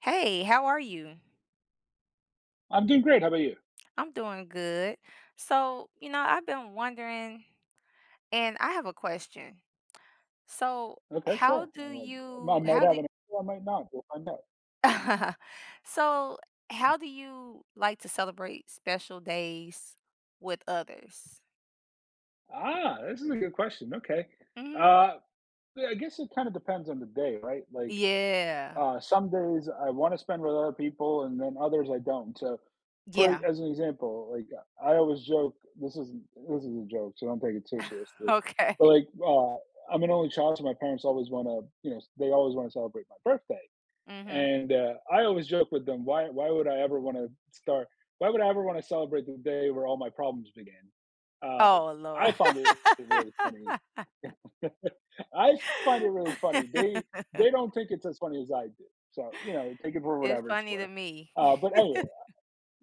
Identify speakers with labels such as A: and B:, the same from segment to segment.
A: Hey, how are you?
B: I'm doing great. How about you?
A: I'm doing good. So, I've been wondering, and I have a question. So,
B: Okay,
A: how
B: sure.
A: do
B: I
A: you,
B: might
A: how
B: have
A: do,
B: an answer, I might not. We'll find out.
A: so, how do you like to celebrate special days with others?
B: Ah, this is a good question. Okay.
A: hmm
B: Uh, yeah, I guess it kind of depends on the day, right?
A: Yeah.
B: Some days I want to spend with other people, and then others I don't. So, for
A: Yeah.
B: as an example, like I always joke, this isn't this is a joke, so don't take it too seriously.
A: Okay.
B: But I'm an only child, so my parents always want to, you know, they always want to celebrate my birthday.
A: hmm
B: And I always joke with them, why would I ever want to start? Why would I ever want to celebrate the day where all my problems began? Uh,
A: Oh,
B: I
A: Lord.
B: find it really funny. I find it really funny. They they don't think it's as funny as I do. So you know, take it for
A: It's
B: whatever it's
A: funny to
B: worth.
A: me.
B: But anyway,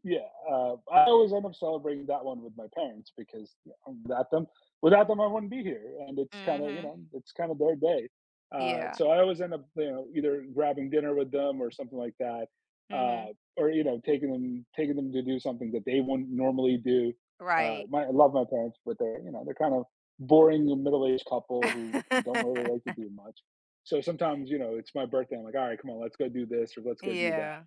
B: yeah, I always end up celebrating that one with my parents because you know, without them, I wouldn't be here. And it's kind of you
A: hmm
B: know, it's kind of their day.
A: Yeah.
B: So I always end up you know either grabbing dinner with them or something like that, uh,
A: Mhm.
B: or you know taking them to do something that they wouldn't normally do.
A: Right.
B: I love my parents, but they're you know they're kind of boring middle aged couple who don't really like to do much. So sometimes you know it's my birthday. I'm like, all right, come on, let's go do this or let's go do that
A: Yeah.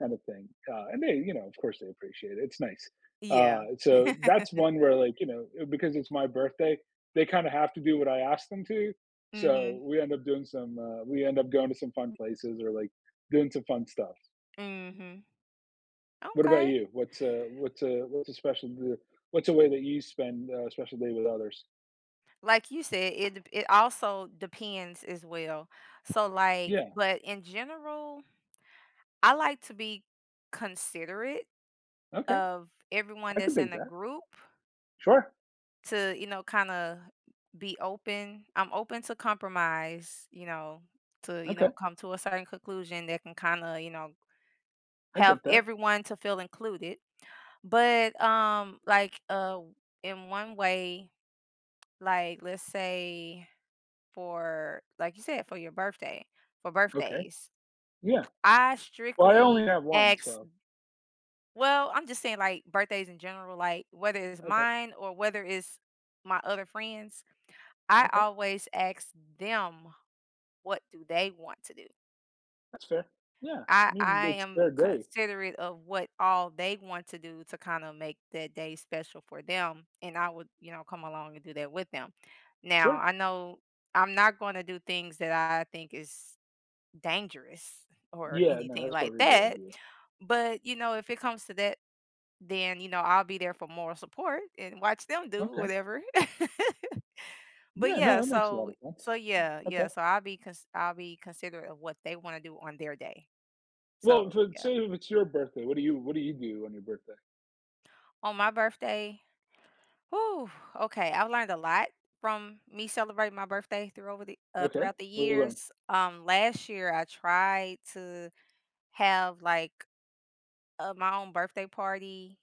B: kind of thing. And they, you know, of course they appreciate it. It's nice.
A: Yeah.
B: So that's one where like, you know, because it's my birthday, they kind of have to do what I ask them to. So
A: Mhm.
B: we end up doing we end up going to some fun places or like doing some fun stuff.
A: Mhm.
B: What about
A: Okay.
B: you? What's a way that you spend a special day with others?
A: Like you said, it also depends as well. So, like
B: Yeah.
A: but in general, I like to be considerate
B: Okay.
A: of everyone
B: I could
A: that's in
B: dig
A: the
B: that.
A: group
B: Sure.
A: to, kinda be open. I'm open to compromise, to,
B: Okay.
A: come to a certain conclusion that can kinda,
B: I
A: have
B: get that.
A: everyone to feel included. But, in one way, like, let's say for like you said, for your birthday for
B: Okay.
A: birthdays,
B: Yeah.
A: I
B: Well, I only
A: strictly
B: have one.
A: ask
B: So,
A: well, I'm just saying, like, birthdays in general, like, whether it's
B: okay.
A: mine or whether it's my other friends, I
B: Okay.
A: always ask them what do they want to do.
B: That's fair. Yeah.
A: I
B: I mean,
A: I
B: it's
A: am
B: their day.
A: considerate of what all they want to do to kind of make that day special for them, and I would, come along and do that with them. Now,
B: Sure.
A: I know I'm not going to do things that I think is dangerous or
B: Yeah, no,
A: anything
B: that's
A: like
B: probably a good
A: that,
B: idea.
A: but if it comes to that, then I'll be there for moral support and watch them do
B: Okay.
A: whatever. But
B: Yeah, no,
A: yeah,
B: that makes a lot of sense. Okay.
A: so I'll be I'll be considerate of what they want to do on their day.
B: Well,
A: So yeah.
B: if it's your birthday, what do you do on your birthday?
A: On my birthday, whew, okay, I've learned a lot from me celebrating my birthday
B: Okay.
A: throughout the
B: What do you learn?
A: years. Last year I tried to have like my own birthday party,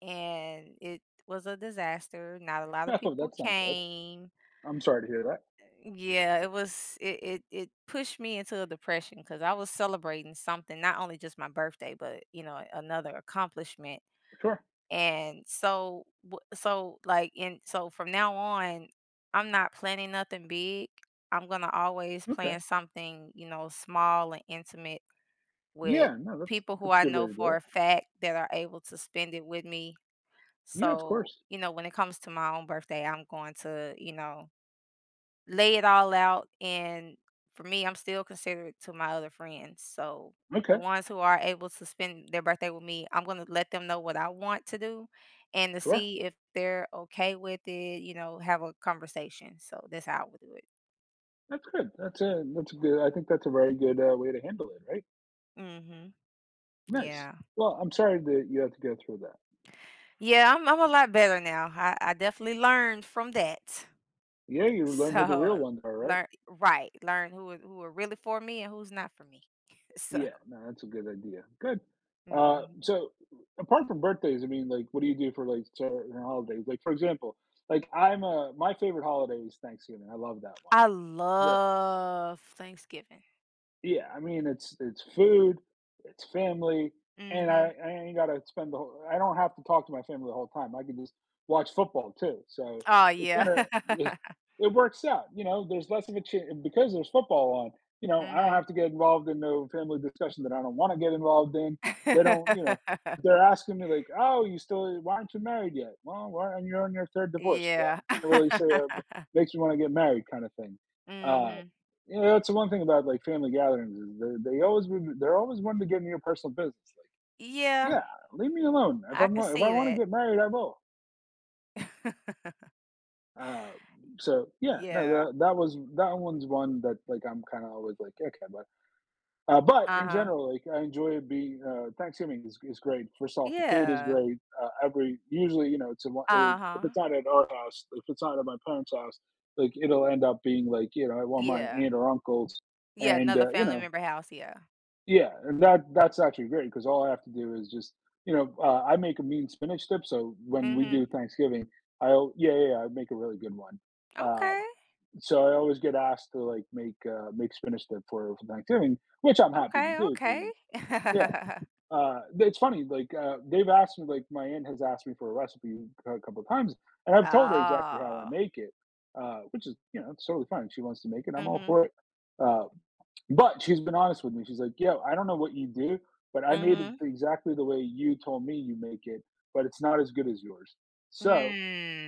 A: and it was a disaster. Not a lot of
B: Oh,
A: people
B: that's not good.
A: came.
B: I'm sorry to hear that.
A: Yeah, it was. It pushed me into a depression because I was celebrating something, not only just my birthday, but you know another accomplishment.
B: Sure.
A: And so w so, like, and so from now on, I'm not planning nothing big. I'm gonna always
B: Okay.
A: plan something, small and intimate with
B: Yeah, no, that's
A: people who
B: that's a
A: I
B: good way
A: know
B: to do
A: for
B: it.
A: a fact that are able to spend it with me.
B: Yeah, of
A: So,
B: course.
A: you know, when it comes to my own birthday, I'm going to, lay it all out, and for me, I'm still considerate to my other friends, so
B: Okay.
A: the ones who are able to spend their birthday with me, I'm gonna let them know what I want to do and to
B: Sure.
A: see if they're okay with it, you know, have a conversation, so that's how I would do it.
B: That's good. That's a good I think that's a very good way to handle it, right?
A: Mhm.
B: Nice.
A: Yeah.
B: Well, I'm sorry that you have to go through that.
A: Yeah, I'm a lot better now. I definitely learned from that.
B: Yeah, you learn who the real
A: So,
B: ones are, right?
A: learn Right, learn who are really for me and who's not for me. So
B: Yeah, no, that's a good idea. Good.
A: Mhm.
B: So apart from birthdays, I mean, like, what do you do for like certain holidays? Like, for example, like I'm a my favorite holiday is Thanksgiving. I love that one.
A: I love Thanksgiving.
B: Yeah, I mean, it's food, it's family, and
A: Mhm.
B: I ain't gotta spend the whole. I don't have to talk to my family the whole time. I can just watch football too. So
A: Oh,
B: it
A: yeah.
B: kind of it, it works out. You know, there's less of a chance because there's football on. You know, I don't
A: Mhm.
B: have to get involved in no family discussion that I don't want to get involved in. They don't, you know, they're asking me like, "Oh, you still? Why aren't you married yet?" Well, why, and you're on your third divorce. Well, I
A: Yeah.
B: can't really say that makes me want to get married, kind of thing. Uh,
A: Mhm.
B: you know, that's the one thing about like family gatherings is they're always wanting to get into your personal business. Like,
A: Yeah,
B: yeah, leave me alone.
A: I can
B: If I
A: see
B: want to
A: that.
B: get married, I will. Uh, so yeah, no,
A: Yeah.
B: that one's one that like I'm kind of always like okay, but in
A: Uh-huh.
B: general, like I enjoy being Thanksgiving is great. First off, the food is
A: Yeah.
B: great. Every usually you know if
A: Uh-huh.
B: it's not at our house, if it's not at my parents' house, like it'll end up being like you know at one of my
A: Yeah.
B: aunt or uncle's
A: Yeah,
B: and
A: another
B: you
A: family
B: know
A: member house, yeah.
B: yeah, and that's actually great because all I have to do is just you know I make a mean spinach dip. So when we
A: Mhm.
B: do Thanksgiving, I'll yeah, I make a really good one. Uh,
A: Okay.
B: so I always get asked to make spinach dip for Thanksgiving, which I'm happy to
A: Okay,
B: do because
A: okay.
B: yeah it's they've asked me like, my aunt has asked me for a recipe a couple of times, and I've told her exactly how I
A: Oh.
B: make it, which is, you know, it's totally fine. She wants to make it, I'm all
A: Mhm.
B: for it. Uh, but she's been honest with me. She's like, "Yo, I don't know what you do, but I made it
A: Mhm.
B: exactly the way you told me you make it, but it's not as good as yours." So,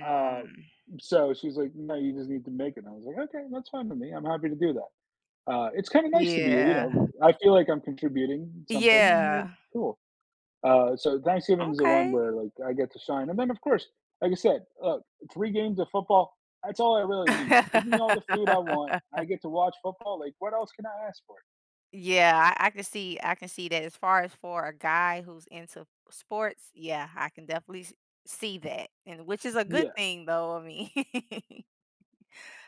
B: uh, so she's like, "No, you just need to make it." And I was like, "Okay, that's fine with me. I'm happy to do that." It's kind of nice to be, you
A: Yeah.
B: know, I feel like I'm contributing something, and it's
A: Yeah.
B: cool. So Thanksgiving is the one
A: Okay.
B: where like I get to shine, and then of course, like I said, look, three games of football. That's all I really need. Give me all the food I want. I get to watch football. Like, what else can I ask for?
A: Yeah, I can see that as far as for a guy who's into sports, yeah, I can definitely s see that, and which is a good
B: Yeah,
A: thing though, I mean.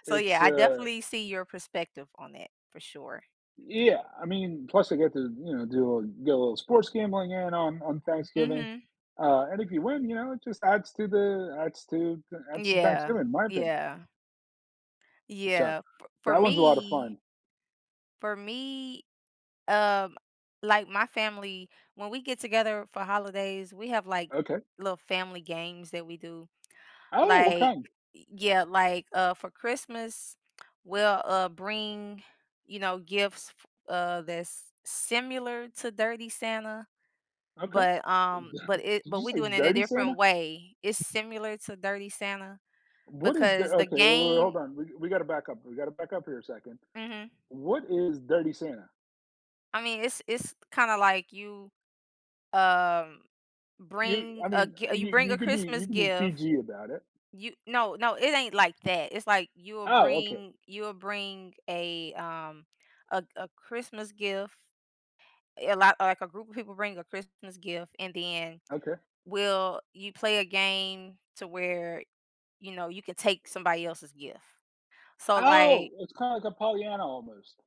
A: So, yeah,
B: it's
A: I definitely see your perspective on that for sure.
B: yeah. I mean, plus I get to you know get a little sports gambling in on Thanksgiving,
A: Mhm.
B: and if you win, you know, it just adds to
A: Yeah,
B: Thanksgiving, in my opinion.
A: yeah,
B: So
A: yeah. For for
B: that one's a lot of
A: me
B: fun.
A: for me, um, like, my family, when we get together for holidays, we have, like,
B: Okay.
A: little family games that we do.
B: Oh, what
A: Like,
B: kind?
A: yeah, like, for Christmas, we'll, bring, gifts, f that's similar to Dirty Santa,
B: Okay.
A: but it
B: Did
A: but
B: you
A: we
B: say
A: do it in a
B: dirty
A: different
B: Santa?
A: way. It's similar to Dirty Santa
B: What is the
A: because the
B: okay?
A: game
B: Hold on. We got to back up. We got to back up here a second.
A: mhm.
B: What is Dirty Santa?
A: I mean, it's kinda like you, um,
B: You,
A: bring
B: I
A: a
B: mean,
A: gi you
B: you
A: bring a
B: you could be you
A: Christmas
B: can be
A: gift
B: PG about it.
A: You no, no, it ain't like that. It's like
B: Oh, okay,
A: you'll bring a a Christmas gift, a lot like a group of people bring a Christmas gift and then
B: okay.
A: will you play a game to where, you know, you can take somebody else's gift. So
B: Oh,
A: like,
B: it's kind of like a Pollyanna almost.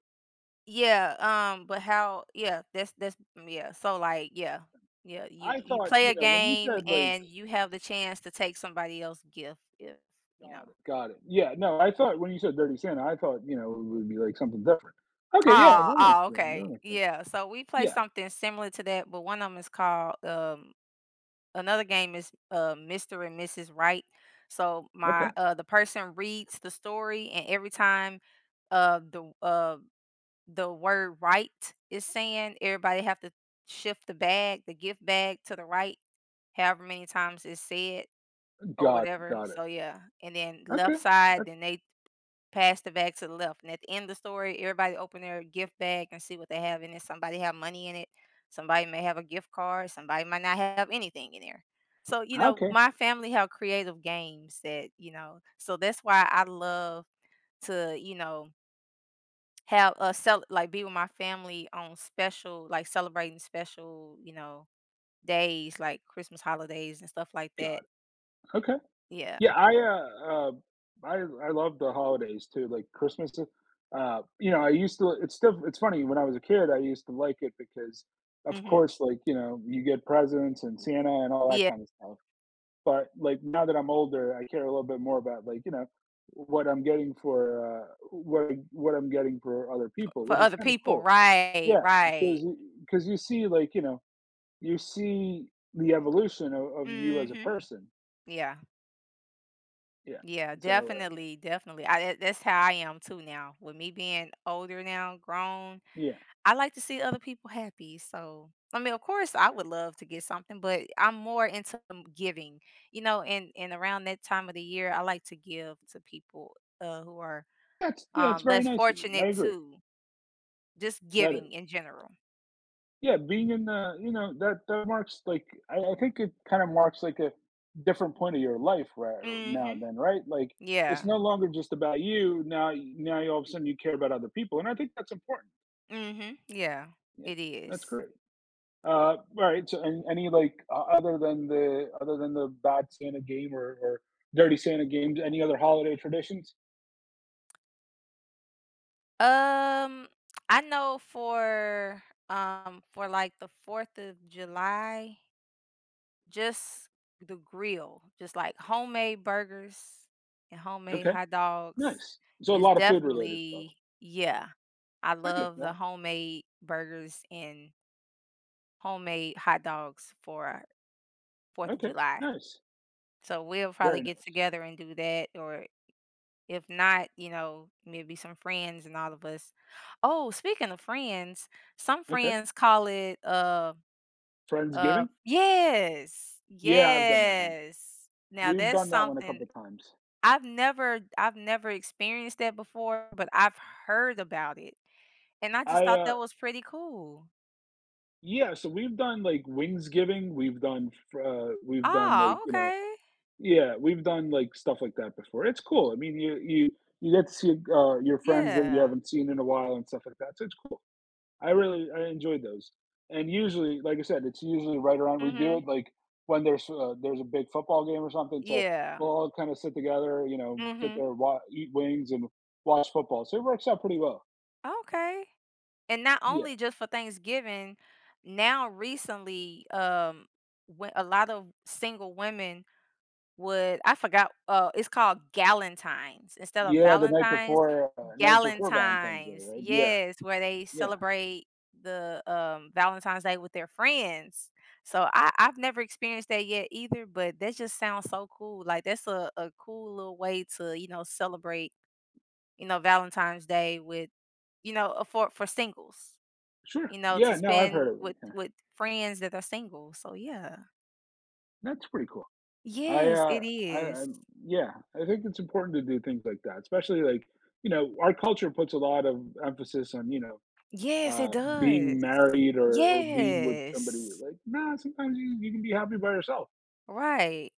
A: yeah, but how yeah, that's mm, yeah. So like, yeah. Yeah, you
B: I
A: you
B: thought
A: play a
B: you know when you
A: game
B: said like
A: and you have the chance to take somebody else's gift if, you know.
B: got it. Yeah, no, I thought when you said Dirty Santa, I thought you know it would be like something different. Okay, yeah,
A: Oh,
B: that makes
A: oh,
B: sense.
A: okay.
B: That makes sense.
A: Yeah. So we play
B: Yeah,
A: something similar to that, but one of them is called another game is Mr. and Mrs. Right. So
B: okay,
A: my the person reads the story and every time uh the uh the word right is saying everybody have to shift the bag, the gift bag to the right, however many times it's said or whatever.
B: got it.
A: So yeah. And then
B: Okay,
A: left side,
B: that's,
A: then they Pass the bag to the left, and at the end of the story, everybody open their gift bag and see what they have in it. Somebody have money in it. Somebody may have a gift card. Somebody might not have anything in there. So, you know,
B: okay,
A: my family have creative games that, you know, so that's why I love to, you know, have a be with my family on special, like celebrating special, you know, days like Christmas holidays and stuff like
B: got
A: that.
B: it. Okay.
A: Yeah.
B: Yeah, I,
A: Yeah.
B: uh, uh, I I love the holidays too, like Christmas, you know, I used to it's still it's funny, when I was a kid, I used to like it because, of
A: hmm
B: course, like, you know, you get presents and Santa and all that
A: Yeah.
B: kind of stuff, but, like, now that I'm older, I care a little bit more about, like, you know, what I'm getting what I'm getting for other people,
A: For
B: which is
A: other
B: kinda
A: people.
B: cool.
A: Right.
B: Yeah,
A: Right.
B: because you see, like, you know, you see the evolution of you as a
A: hmm
B: person.
A: Yeah.
B: Yeah,
A: Yeah,
B: so,
A: definitely, definitely. That's how I am too now. With me being older now, grown,
B: yeah.
A: I like to see other people happy. So, I mean, of course, I would love to get something, but I'm more into giving. You know, and around that time of the year, I like to give to people who are
B: That's yeah, it's very
A: less
B: nice of you. I
A: fortunate
B: agree.
A: too. Just
B: That is.
A: giving in general.
B: Yeah, being in the you know, that marks like I think it kind of marks like a different point of your life right now
A: Mhm.
B: then, right? Like it's
A: Yeah.
B: no longer just about you. Now you all of a sudden you care about other people, and I think that's important.
A: Mhm. Yeah.
B: Yeah,
A: It
B: that's
A: is.
B: great. All right. So any like other than the bad Santa game or dirty Santa games, any other holiday traditions?
A: Um, I know for like the 4th of July, just the grill, just like homemade burgers and homemade
B: Okay,
A: hot dogs
B: nice. So a
A: is
B: lot of food related stuff.
A: definitely yeah. I
B: I get
A: love the
B: that.
A: homemade burgers and homemade hot dogs for 4th of
B: Okay,
A: July.
B: nice.
A: So we'll probably
B: Very
A: get
B: nice.
A: together and do that or If not, you know, maybe some friends and all of us. Oh, speaking of friends, some
B: Okay.
A: friends call it
B: Friendsgiving?
A: yes.
B: Yeah, I've done that one.
A: Yes. Now
B: We've
A: that's
B: done that one a
A: something
B: couple times.
A: I've never experienced that before, but I've heard about it. And I just
B: I,
A: thought
B: uh
A: that was pretty cool.
B: yeah, so we've done, like, Wingsgiving, we've done, like,
A: Oh,
B: you know
A: okay.
B: yeah, we've done, like, stuff like that before. It's cool. I mean, you get to see, your friends that you
A: Yeah.
B: haven't seen in a while and stuff like that, so it's cool. I enjoyed those. And usually, like I said, it's usually right around we do
A: Mhm.
B: it like when there's a big football game or something. So
A: Yeah.
B: we'll all kind of sit together, you know, sit
A: Mhm.
B: there, eat wings, and watch football. So it works out pretty well.
A: Okay. And not
B: Yeah,
A: only just for Thanksgiving, now recently, when a lot of single women would I forgot, it's called Galentine's instead of
B: yeah. The
A: valentines,
B: night before Valentine's Day,
A: Galentine's,
B: right? Yeah,
A: yes, where they
B: yeah,
A: celebrate the, Valentine's Day with their friends. So I've never experienced that yet either, but that just sounds so cool, like, that's a cool little way to, you know, celebrate, you know, Valentine's Day with, you know, for singles.
B: sure.
A: You know, to
B: Yeah, no, I've
A: spend
B: heard of it. Yeah.
A: with friends that are single, so yeah.
B: That's pretty cool. I,
A: Yes, it
B: uh, I, I,
A: is.
B: yeah, I think it's important to do things like that, especially like you know, our culture puts a lot of emphasis on you know
A: Yes, it
B: being
A: does.
B: married or being with somebody.
A: Yes.
B: Like, nah, sometimes you can be happy by yourself.
A: Right.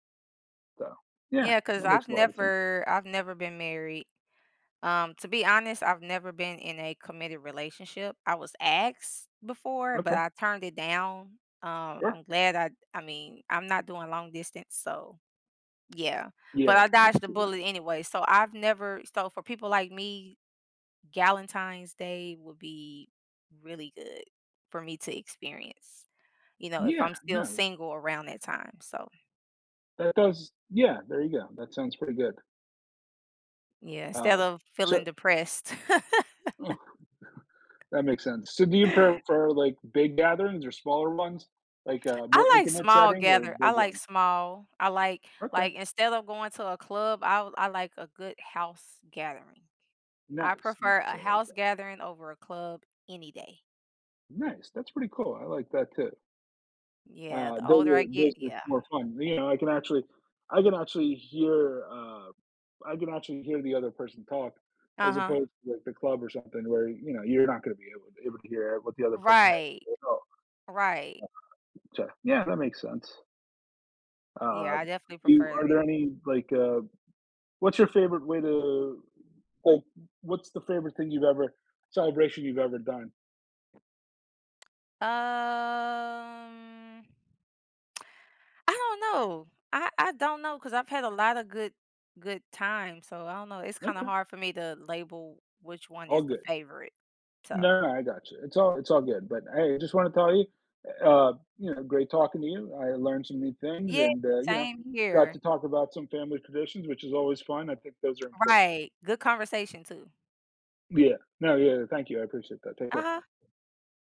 B: So, yeah,
A: Yeah, because 'cause
B: that makes a lot of sense.
A: I've never been married. To be honest, I've never been in a committed relationship. I was asked before, but
B: Okay,
A: I turned it down.
B: sure.
A: I mean, I'm not doing long distance, so yeah. But
B: Yeah,
A: I
B: I
A: dodged
B: can
A: the
B: see
A: bullet
B: that.
A: anyway, so I've never so for people like me Galentine's Day would be really good for me to experience, you know, if
B: Yeah,
A: I'm still
B: no,
A: single around that time, so,
B: that does. Yeah, there you go. That sounds pretty good.
A: yeah, instead
B: Uh,
A: of feeling
B: so,
A: depressed.
B: that makes sense. So, do you prefer like big gatherings or smaller ones, like a more
A: I like
B: intimate
A: small
B: setting or
A: gather
B: big ones?
A: I
B: Okay,
A: like, instead of going to a club, I like a good house gathering. I
B: nice,
A: prefer
B: nice.
A: a
B: I like
A: house
B: that.
A: gathering over a club any day.
B: Nice. That's pretty cool. I like that too.
A: Yeah, the
B: Those
A: older I
B: are
A: get
B: those are
A: yeah.
B: more fun. You know, I can actually hear, I can actually hear the other person talk as
A: Uh-huh.
B: opposed to, like, the club or something where, you know, you're not gonna be able to hear what the other person has to
A: Right,
B: say at all.
A: right.
B: So, yeah, that makes sense.
A: Yeah,
B: Uh,
A: I definitely
B: you
A: prefer
B: are there
A: that.
B: any, what's your favorite way to like, what's the favorite thing you've ever celebration you've ever done?
A: Um, I don't know. I don't know because I've had a lot of good time. So I don't know. It's kind of
B: Okay,
A: hard for me to label which one
B: all
A: is the
B: good.
A: favorite. So
B: No, no, I got you. It's all good. But hey, I just want to tell you, you know, great talking to you. I learned some new things,
A: yeah,
B: and you know,
A: same
B: got
A: here.
B: to talk about some family traditions, which is always fun. I think those are important.
A: Right. Good conversation too.
B: Yeah. No. Yeah. Thank you. I appreciate that. Take
A: Uh
B: care.
A: huh.